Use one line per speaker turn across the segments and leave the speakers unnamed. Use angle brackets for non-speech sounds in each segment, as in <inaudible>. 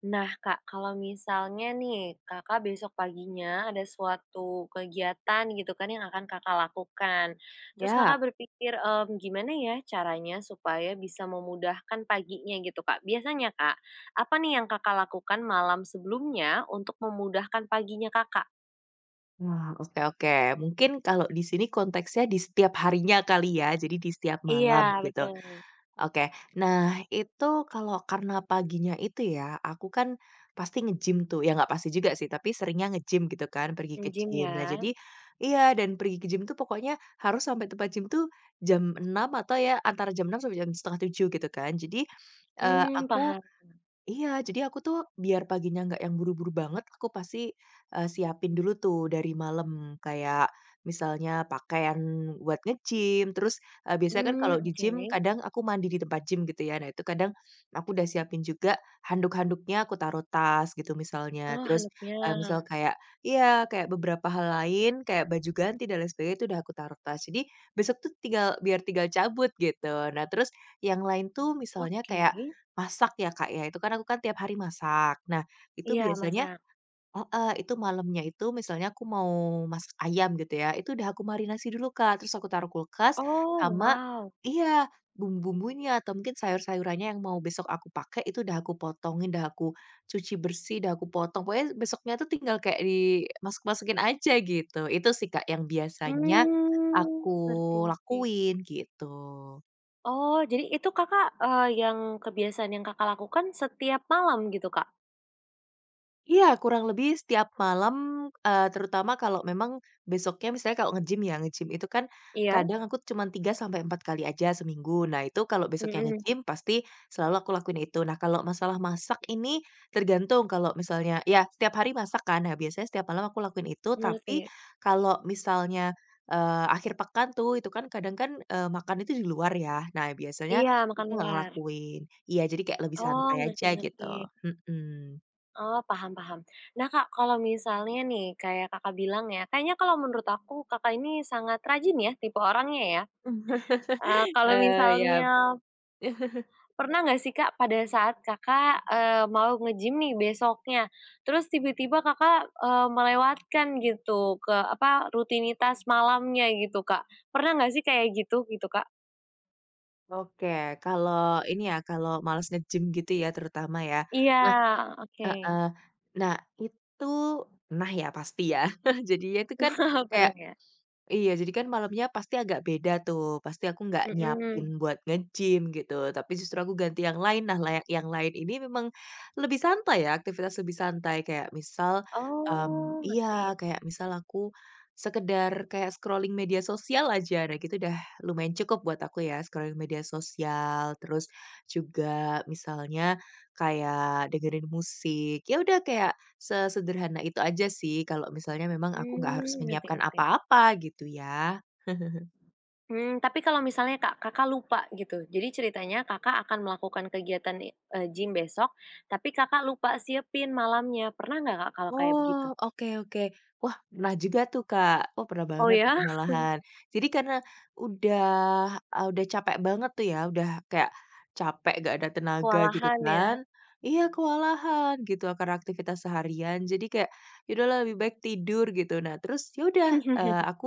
Nah, Kak, kalau misalnya nih, Kakak besok paginya ada suatu kegiatan gitu kan yang akan Kakak lakukan. Terus Kakak
Yap.
berpikir, gimana ya caranya supaya bisa memudahkan paginya gitu, Kak. Biasanya, Kak, apa nih yang Kakak lakukan malam sebelumnya untuk memudahkan paginya Kakak?
Wah, oke oke. Mungkin kalau di sini konteksnya di setiap harinya kali ya, jadi di setiap malam
Iya,
gitu.
betul.
Oke. Nah, itu kalau karena paginya itu ya, aku kan pasti nge-gym tuh. Ya nggak pasti juga sih, tapi seringnya nge-gym gitu kan, pergi ke
Nge-gym
gym.
ya?
Nah, jadi iya dan pergi ke gym tuh pokoknya harus sampai tempat gym tuh jam 6 atau ya antara jam 6 sampai jam setengah tujuh gitu kan. Jadi, eee,
Hmm,
aku
paham.
iya, jadi aku tuh biar paginya nggak yang buru-buru banget, aku pasti, siapin dulu tuh dari malam. Kayak misalnya pakaian buat nge-gym, terus, biasanya kan
Mmm,
kalau di
oke.
gym kadang aku mandi di tempat gym gitu ya. Nah, itu kadang aku udah siapin juga handuk-handuknya aku taruh tas gitu misalnya.
Oh,
Terus,
handuknya.
eee, misal kayak iya, kayak beberapa hal lain, kayak baju ganti dan lain sebagainya itu udah aku taruh tas. Jadi besok tuh tinggal biar tinggal cabut gitu. Nah, terus yang lain tuh misalnya
Oke.
kayak masak ya, Kak, ya, itu kan aku kan tiap hari masak. Nah, itu
Iya,
biasanya
masak.
heeh, itu malamnya itu misalnya aku mau masak ayam gitu ya, itu udah aku marinasi dulu, Kak, terus aku taruh kulkas
Oh,
sama
wow.
iya, bumbu-bumbunya atau mungkin sayur-sayurannya yang mau besok aku pakai itu udah aku potongin, udah aku cuci bersih, udah aku potong, pokoknya besoknya tuh tinggal kayak dimasak masukin aja gitu. Itu sih, Kak, yang biasanya
Mmm,
aku
ngerti ngerti.
lakuin, gitu.
Oh, jadi itu Kakak, yang kebiasaan yang Kakak lakukan setiap malam gitu, Kak?
Iya, kurang lebih setiap malam, terutama kalau memang besoknya misalnya kalau nge-gym ya, nge-gym itu kan
Iya?
kadang aku cuman 3 sampai 4 kali aja seminggu. Nah, itu kalau besoknya
Mhm,
nge-gym pasti selalu aku lakuin itu. Nah, kalau masalah masak ini tergantung kalau misalnya ya setiap hari masak kan. Nah, biasanya setiap malam aku lakuin itu, tapi
ngerti.
kalau misalnya, akhir pekan tuh itu kan kadang kan, makan itu di luar ya. Nah, biasanya
Iya, makan
aku nggak
luar.
ngelakuin. Iya, jadi kayak lebih
Oh,
santai
ngerti
aja
ngerti.
gitu,
Oh, paham paham. Nah, Kak, kalau misalnya nih kayak Kakak bilang ya, kayaknya kalau menurut aku Kakak ini sangat rajin ya tipe orangnya ya.
mhm.
Eee,
<laughs>
kalau
Ya.
misalnya Pernah nggak sih, Kak, pada saat Kakak, mau nge-gym nih besoknya, terus tiba-tiba Kakak, melewatkan gitu ke apa, rutinitas malamnya gitu, Kak? Pernah nggak sih kayak gitu, gitu, Kak?
Oke, kalau ini ya, kalau males nge-gym gitu ya terutama ya.
Iya,
Nah,
oke.
heeh. Nah, itu pernah ya pasti ya. <laughs> Jadinya itu kan
<laughs>
kayak
Pernah ya?
iya, jadi kan malamnya pasti agak beda tuh, pasti aku nggak nyiapin
Mhm.
buat nge-gym gitu, tapi justru aku ganti yang lain. Nah, layak yang lain ini memang lebih santai ya, aktivitas lebih santai kayak misal,
Oh, ngerti.
iya, kayak misal aku sekedar kayak scrolling media sosial aja, nah gitu udah lumayan cukup buat aku ya, scrolling media sosial, terus juga misalnya kayak dengerin musik, ya udah kayak sesederhana itu aja sih, kalau misalnya memang aku nggak
Mmm,
harus
ngerti
menyiapkan
ngerti.
apa-apa gitu ya.
Mmm, tapi kalau misalnya, Kak, Kakak lupa gitu, jadi ceritanya Kakak akan melakukan kegiatan gym besok, tapi Kakak lupa siapin malamnya, pernah nggak, Kak, kalau kayak begitu?
Oh, oke oke. Wah, pernah juga tuh, Kak. Wah, pernah
Oh,
banget itu
ya?
malahan. Jadi karena udah udah capek banget tuh ya, udah kayak capek nggak ada tenaga gitu
Kewalahan ya?
kan iya, kewalahan gitu karena aktivitas seharian. Jadi kayak, ya udahlah lebih baik tidur gitu. Nah terus ya udah, eee,
<laughs>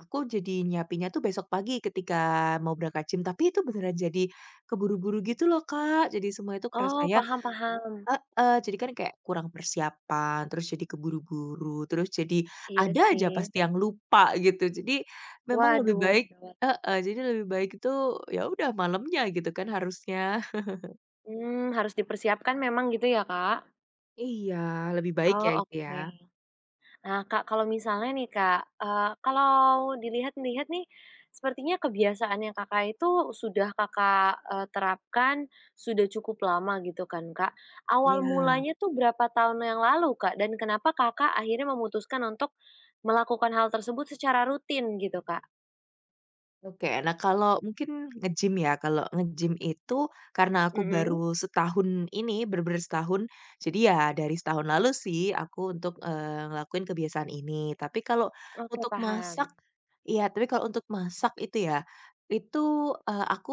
aku jadi nyiapinnya tuh besok pagi ketika mau berangkat gym, tapi itu beneran jadi keburu-buru gitu loh, Kak. Jadi semua itu
Oh,
kerasanya
paham paham.
heeh, jadi kan kayak kurang persiapan, terus jadi keburu-buru, terus jadi
Iya
ada aja
sih.
pasti yang lupa gitu. Jadi memang lebih
Waduh,
baik
gawat.
heeh, jadi lebih baik itu ya udah malamnya gitu kan harusnya.
Mmm, harus dipersiapkan memang gitu ya, Kak?
Iya, lebih baik
Oh,
ya itu ya?
oke. Nah, Kak, kalau misalnya nih, Kak, kalau dilihat-lihat nih, sepertinya kebiasaan yang Kakak itu sudah Kakak, terapkan sudah cukup lama gitu kan, Kak. Awal
Iya.
mulanya tuh berapa tahun yang lalu, Kak? Dan kenapa Kakak akhirnya memutuskan untuk melakukan hal tersebut secara rutin gitu, Kak?
Oke, nah kalau mungkin nge-gym ya, kalau nge-gym itu karena aku
Mhm,
baru setahun ini, bener-bener setahun, jadi ya dari setahun lalu sih aku untuk, ngelakuin kebiasaan ini. Tapi kalau
oke
untuk
paham.
masak iya, tapi kalau untuk masak itu ya, itu, aku,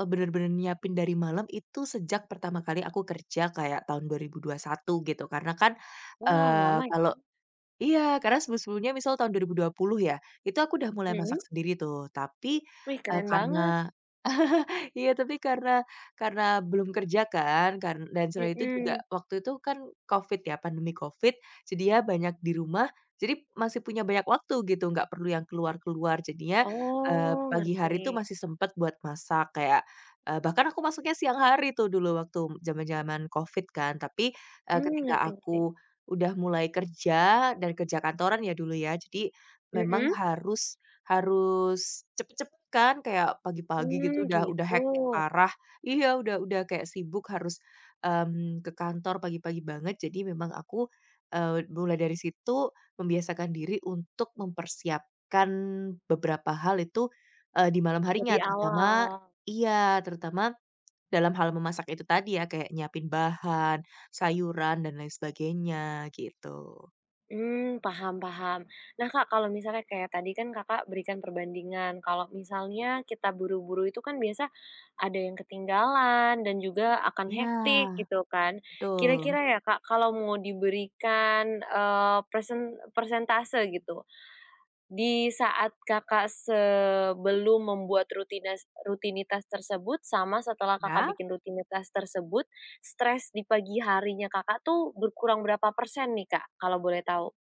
bener-bener nyiapin dari malam itu sejak pertama kali aku kerja kayak tahun 2001 gitu. Karena kan,
Wow, lama
kalau
ya?
iya, karena sebelum-sebelumnya misal tahun 2020 ya, itu aku udah mulai masak
Mhm?
sendiri tuh, tapi,
Wih,
eee,
keren banget.
karena <laughs> iya, tapi karena karena belum kerja kan, kan dan selain itu juga
Mhm.
waktu itu kan Covid ya, pandemi Covid, jadi ya banyak di rumah, jadi masih punya banyak waktu gitu, nggak perlu yang keluar-keluar. Jadinya,
Oh,
pagi
ngerti.
hari tuh masih sempet buat masak kayak, bahkan aku masaknya siang hari tuh dulu waktu zaman-zaman Covid kan, tapi,
Mmm, ngerti
ketika
ngerti.
aku udah mulai kerja dan kerja kantoran ya dulu ya. Jadi memang
Mhm?
harus harus cepet-cepet kan kayak pagi-pagi
Mmm,
gitu udah
gitu.
hektik parah. Iya, udah kayak sibuk harus, ke kantor pagi-pagi banget. Jadi memang aku, mulai dari situ membiasakan diri untuk mempersiapkan beberapa hal itu, di malam harinya
Lebih
terutama
awal.
iya, terutama dalam hal memasak itu tadi ya, kayak nyiapin bahan, sayuran, dan lain sebagainya, gitu.
Mmm, paham paham. Nah, Kak, kalau misalnya kayak tadi kan Kakak berikan perbandingan, kalau misalnya kita buru-buru itu kan biasa ada yang ketinggalan dan juga akan
Iya,
hektik gitu kan.
betul.
Kira-kira ya, Kak, kalau mau diberikan, persentase gitu, di saat Kakak belum membuat rutinitas rutinitas tersebut sama setelah Kakak
Ya.
bikin rutinitas tersebut, stres di pagi harinya Kakak tuh berkurang berapa persen nih, Kak, kalau boleh tahu?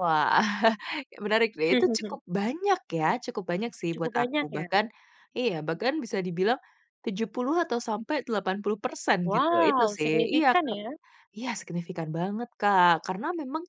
Wah, <laughs> menarik deh itu
<laughs>
cukup banyak ya, cukup banyak sih
Cukup
buat
banyak
aku.
ya?
Bahkan iya, bahkan bisa dibilang 70 atau sampai 80% gitu, itu
Wow,
sih. Iya,
signifikan
Kak.
ya?
Iya, signifikan banget, Kak. Karena memang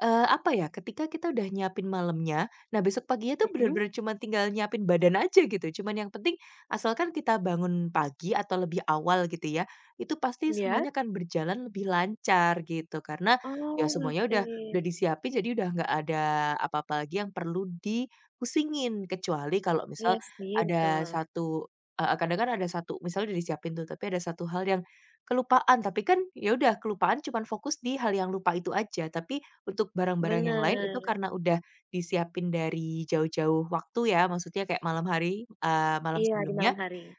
Apa ya, ketika kita udah nyiapin malamnya, nah besok paginya tuh
Mhm,
bener-bener cuman tinggal nyiapin badan aja gitu, cuman yang penting asalkan kita bangun pagi atau lebih awal gitu ya, itu pasti
iya.
semuanya akan berjalan lebih lancar gitu. Karena ya
Oh,
semuanya
ngerti.
udah disiapin jadi udah nggak ada apa-apa lagi yang perlu dipusingin. Kecuali kalau
Iya
misal
sih,
ada
betul.
satu heeh, kadang kan ada satu misalnya udah disiapin tuh, tapi ada satu hal yang kelupaan, tapi kan ya udah kelupaan cuman fokus di hal yang lupa itu aja, tapi untuk barang-barang yang lain itu
Bener.
karena udah disiapin dari jauh-jauh waktu ya, maksudnya kayak malam hari, malam
Iya, di
sebelumnya
malam hari.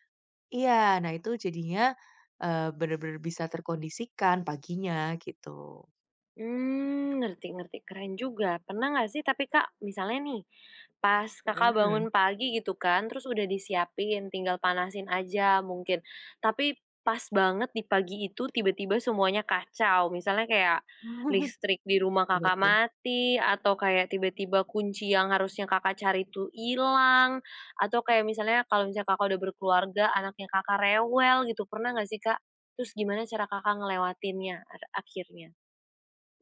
iya, nah itu jadinya, bener-bener bisa terkondisikan paginya gitu.
Hmm, ngerti ngerti, keren juga. Pernah nggak sih tapi, Kak, misalnya nih, pas Kakak bangun
Mhm.
pagi gitu kan, terus udah disiapin, tinggal panasin aja mungkin, tapi pas banget di pagi itu tiba-tiba semuanya kacau, misalnya kayak listrik di rumah
Apa
Kakak
tuh?
mati, atau kayak tiba-tiba kunci yang harusnya Kakak cari tuh hilang, atau kayak misalnya kalau misalnya Kakak udah berkeluarga, anaknya Kakak rewel gitu, pernah nggak sih, Kak? Terus gimana cara Kakak ngelewatinnya akhirnya?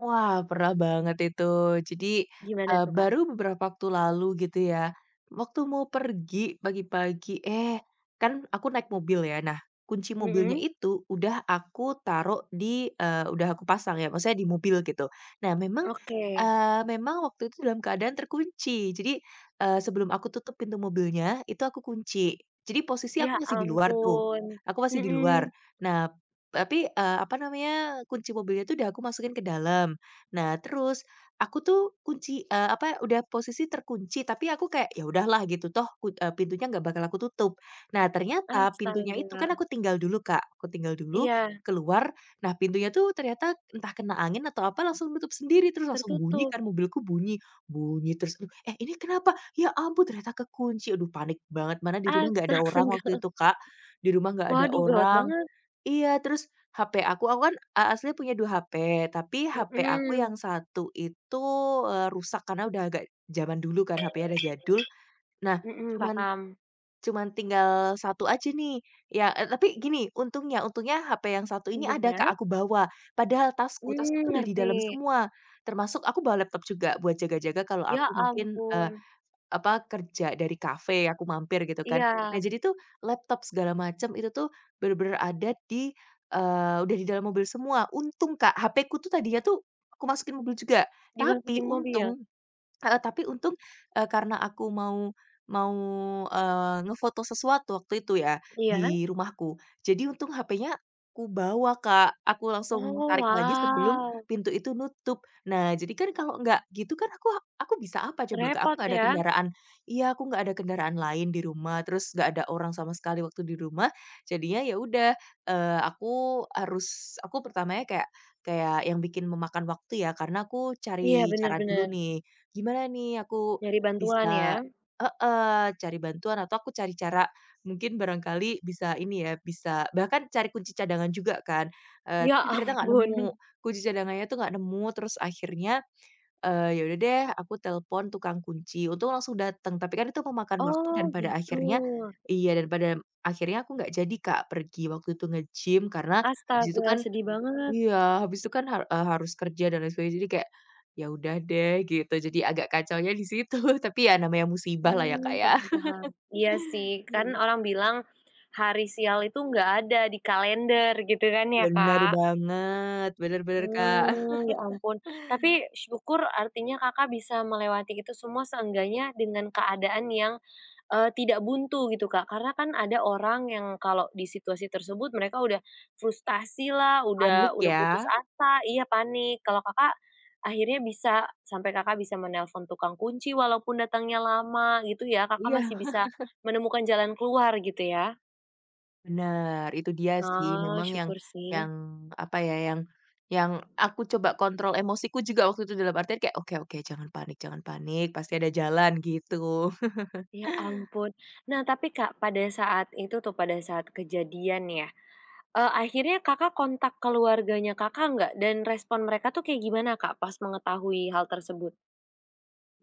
Wah, pernah banget itu. Jadi,
Gimana tuh, Kak?
baru beberapa waktu lalu gitu ya, waktu mau pergi pagi-pagi, eh, kan aku naik mobil ya. Nah, kunci mobilnya
Mhm,
itu udah aku taruh di udah aku pasang ya, maksudnya di mobil gitu. Nah, memang
oke.
waktu itu dalam keadaan terkunci. Jadi, sebelum aku tutup pintu mobilnya, itu aku kunci. Jadi posisi
Ya
aku masih di luar tuh,
ampun,
aku masih di luar.
mhm,
Nah tapi, apa namanya, kunci mobilnya tuh udah aku masukin ke dalam. Nah, terus aku tuh kunci apa, udah posisi terkunci, tapi aku kayak, ya udahlah gitu, toh ku pintunya nggak bakal aku tutup. Nah, ternyata pintunya itu
astaga.
kan aku tinggal dulu, Kak,
Iya,
keluar, nah pintunya tuh ternyata entah kena angin atau apa langsung tutup sendiri, terus langsung bunyi
tertutup.
kan, mobilku bunyi, bunyi terus, aduh, "Eh, ini kenapa? Ya ampun ternyata kekunci." Aduh panik banget, mana di rumah nggak ada orang
Astaga,
waktu
<laughs>
itu, Kak, di rumah nggak ada
waduh gawat
orang,
banget.
iya, terus HP aku kan, aslinya punya 2 HP, tapi HP aku yang
Mhm,
satu itu, rusak karena udah agak zaman dulu kan HP-nya udah jadul. Nah,
mhm,
cuman
paham.
cuman tinggal satu aja nih, ya tapi gini, untungnya untungnya HP yang satu ini ada Kak,
Untungnya,
aku bawa. Padahal tasku
mmm,
tasku tuh udah di
ngerti.
dalam semua, termasuk aku bawa laptop juga buat jaga-jaga kalau
Ya
aku mungkin,
ampun.
apa, kerja dari kafe, aku mampir gitu kan.
Iya,
Nah, jadi tuh laptop segala macam itu tuh bener-bener ada di, udah di dalam mobil semua. Untung Kak, HP-ku tuh tadinya tuh aku masukin mobil juga, tapi
dimasukin mobil?
untung heeh, tapi untung, karena aku mau mau, eee, ngefoto sesuatu waktu itu ya,
Iya?
di rumahku. Jadi untung HP-nya aku bawa, Kak. Aku langsung
Oh,
tarik lagi sebelum
wow,
pintu itu nutup. Nah, jadi kan kalau nggak gitu kan aku bisa apa coba, Kak? Aku
repot
nggak ada
ya.
kendaraan iya, aku nggak ada kendaraan lain di rumah, terus nggak ada orang sama sekali waktu di rumah. Jadinya ya udah, eee, aku harus aku pertamanya kayak kayak yang bikin memakan waktu ya, karena aku
Iya,
cari
bener
cara dulu
bener,
nih. Gimana nih aku
nyari bantuan ya.
bisa eh cari bantuan atau aku cari cara mungkin barangkali bisa ini ya, bisa bahkan cari kunci cadangan juga kan,
Ya
tapi ternyata nggak
ampun.
nemu,
<laughs>
kunci cadangannya tuh nggak nemu, terus akhirnya, ya udah deh aku telepon tukang kunci, untung langsung datang tapi kan itu memakan waktu dan
Oh,
pada
gitu.
akhirnya iya, dan pada akhirnya aku nggak jadi Kak pergi waktu itu nge-gym, karena habis itu
Astaga,
kan
sedih banget.
iya, habis itu kan harus kerja dan lain sebagainya, jadi kayak, ya udah deh gitu, jadi agak kacaunya di situ, <laughs> tapi ya namanya musibah lah ya,
Mmm,
Kak, ya.
paham paham. Iya sih, kan
Iya.
orang bilang hari sial itu nggak ada di kalender gitu kan ya,
Bener
Kak.
banget, bener bener, Kak.
Mmm, ya ampun. Tapi syukur artinya Kakak bisa melewati itu semua seenggaknya dengan keadaan yang tidak buntu gitu, Kak. Karena kan ada orang yang kalau di situasi tersebut mereka udah frustasi lah, udah
Panik
udah putus
ya.
asa iya, panik. Kalau Kakak akhirnya bisa sampai Kakak bisa menelpon tukang kunci walaupun datangnya lama gitu ya, Kakak
Iya,
masih bisa menemukan jalan keluar gitu ya?
bener, itu dia sih
Oh,
memang yang
syukur sih.
yang apa ya, yang yang aku coba kontrol emosiku juga waktu itu dalam artian kayak, "Oke oke, jangan panik jangan panik, pasti ada jalan," gitu.
Ya ampun. Nah, tapi Kak, pada saat itu tuh, pada saat kejadian ya, akhirnya Kakak kontak keluarganya Kakak nggak? Dan respon mereka tuh kayak gimana, Kak, pas mengetahui hal tersebut?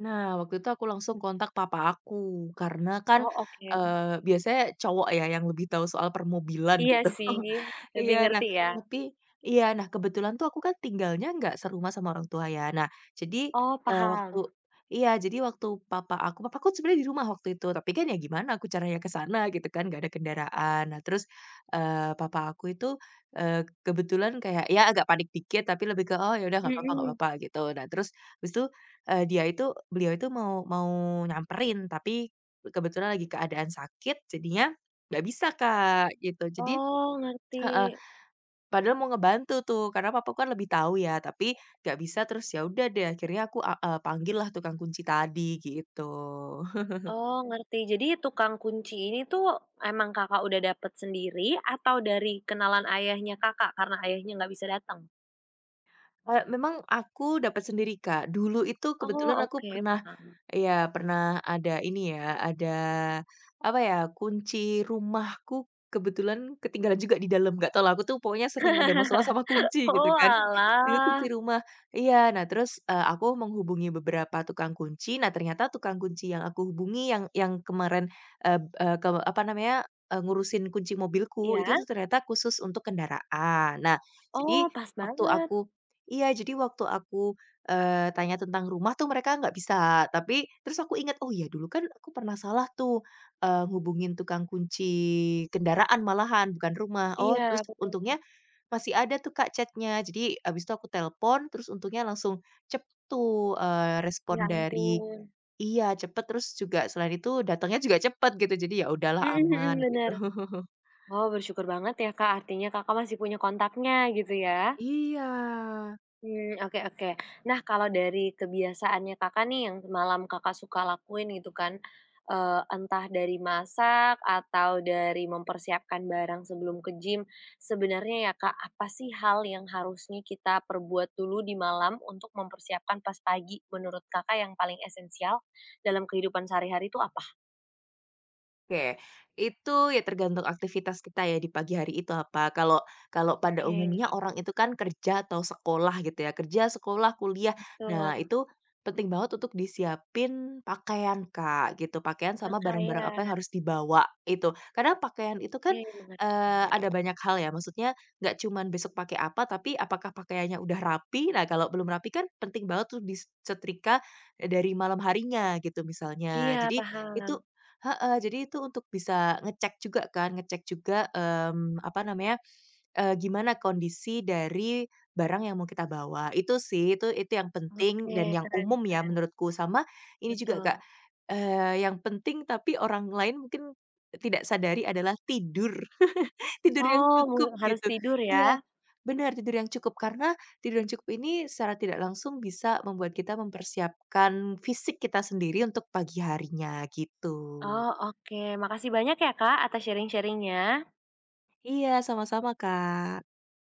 Nah, waktu itu aku langsung kontak papa aku, karena kan,
Oh, oke.
biasanya cowok ya yang lebih tahu soal permobilan
Iya
gitu.
sih,
<laughs>
lebih
Iya, nah,
ngerti ya?
tapi iya, nah, kebetulan tuh aku kan tinggalnya nggak serumah sama orang tua ya. Nah, jadi,
Oh,
eee, waktu
paham.
iya, jadi waktu papa aku sebenarnya di rumah waktu itu, tapi kan ya gimana aku caranya ke sana gitu kan, nggak ada kendaraan. Nah, terus, papa aku itu, eee, kebetulan kayak ya agak panik dikit, tapi lebih ke, "Oh, ya udah nggak
Mhm.
apa-apa," gitu. Nah, terus habis itu, dia itu beliau itu mau mau nyamperin, tapi kebetulan lagi keadaan sakit, jadinya nggak bisa, Kak, gitu. Jadi
Oh, ngerti.
heeh, padahal mau ngebantu tuh, karena papaku kan lebih tahu ya, tapi nggak bisa, terus ya udah deh akhirnya aku panggillah tukang kunci tadi, gitu.
Oh, ngerti. Jadi tukang kunci ini tuh emang Kakak udah dapet sendiri atau dari kenalan ayahnya Kakak karena ayahnya nggak bisa datang?
Memang aku dapat sendiri, Kak. Dulu itu
Oh,
kebetulan aku
oke,
pernah
paham.
iya, pernah ada ini ya, ada, apa ya, kunci rumahku kebetulan ketinggalan juga di dalam, nggak tahu lah, aku tuh pokoknya sering ada masalah sama
<laughs>
kunci gitu kan. Dulu kunci
Oalah.
rumah iya, nah terus, aku menghubungi beberapa tukang kunci, nah ternyata tukang kunci yang aku hubungi yang kemarin, eee eee, ke apa namanya, ngurusin kunci mobilku, itu
Iya?
tuh ternyata khusus untuk kendaraan. Nah, jadi
Oh, pas
waktu
banget.
aku iya, jadi waktu aku, tanya tentang rumah tuh mereka nggak bisa, tapi terus aku ingat, "Oh iya dulu kan aku pernah salah tuh, ngehubungin tukang kunci kendaraan malahan, bukan rumah." Oh,
Iya,
terus
betul.
untungnya masih ada tuh Kak Chatnya. Jadi abis itu aku telepon, terus untungnya langsung cepet tuh, respon
Ya
dari
ampun.
iya cepet, terus juga selain itu datangnya juga cepet gitu. Jadi ya udahlah
Mhm mhm,
aman gitu.
bener.
<laughs>
Oh, bersyukur banget ya, Kak, artinya Kakak masih punya kontaknya gitu ya?
Iya.
Mmm, oke oke. Nah, kalau dari kebiasaannya Kakak nih yang malam Kakak suka lakuin gitu kan, entah dari masak atau dari mempersiapkan barang sebelum ke gym, sebenarnya ya, Kak, apa sih hal yang harusnya kita perbuat dulu di malam untuk mempersiapkan pas pagi menurut Kakak yang paling esensial dalam kehidupan sehari-hari itu apa?
Oke, itu ya tergantung aktivitas kita ya di pagi hari itu apa. Kalau kalau pada umumnya
Oke,
orang itu kan kerja atau sekolah gitu ya, kerja, sekolah, kuliah. Nah,
betul.
itu penting banget untuk disiapin pakaian, Kak, gitu. Pakaian sama barang-barang
Makanya
apa yang harus dibawa itu. Karena pakaian itu
oke,
kan,
mengerti.
ada banyak hal ya, maksudnya nggak cuman besok pakai apa, tapi apakah pakaiannya udah rapi. Nah, kalau belum rapi kan penting banget tuh disetrika dari malam harinya gitu misalnya.
Iya
Jadi itu
paham,
heeh, jadi itu untuk bisa ngecek juga kan, ngecek juga, apa namanya, gimana kondisi dari barang yang mau kita bawa. Itu sih, itu yang penting
oke
dan yang
keren
umum ya
keren,
menurutku. Sama ini juga Kak,
betul.
yang penting tapi orang lain mungkin tidak sadari adalah tidur, <laughs> tidur yang
Oh,
cukup
harus
gitu.
tidur ya?
Iya, benar tidur yang cukup, karena tidur yang cukup ini secara tidak langsung bisa membuat kita mempersiapkan fisik kita sendiri untuk pagi harinya, gitu.
Oh oke, makasih banyak ya, Kak, atas sharingnya.
Iya, sama-sama Kak.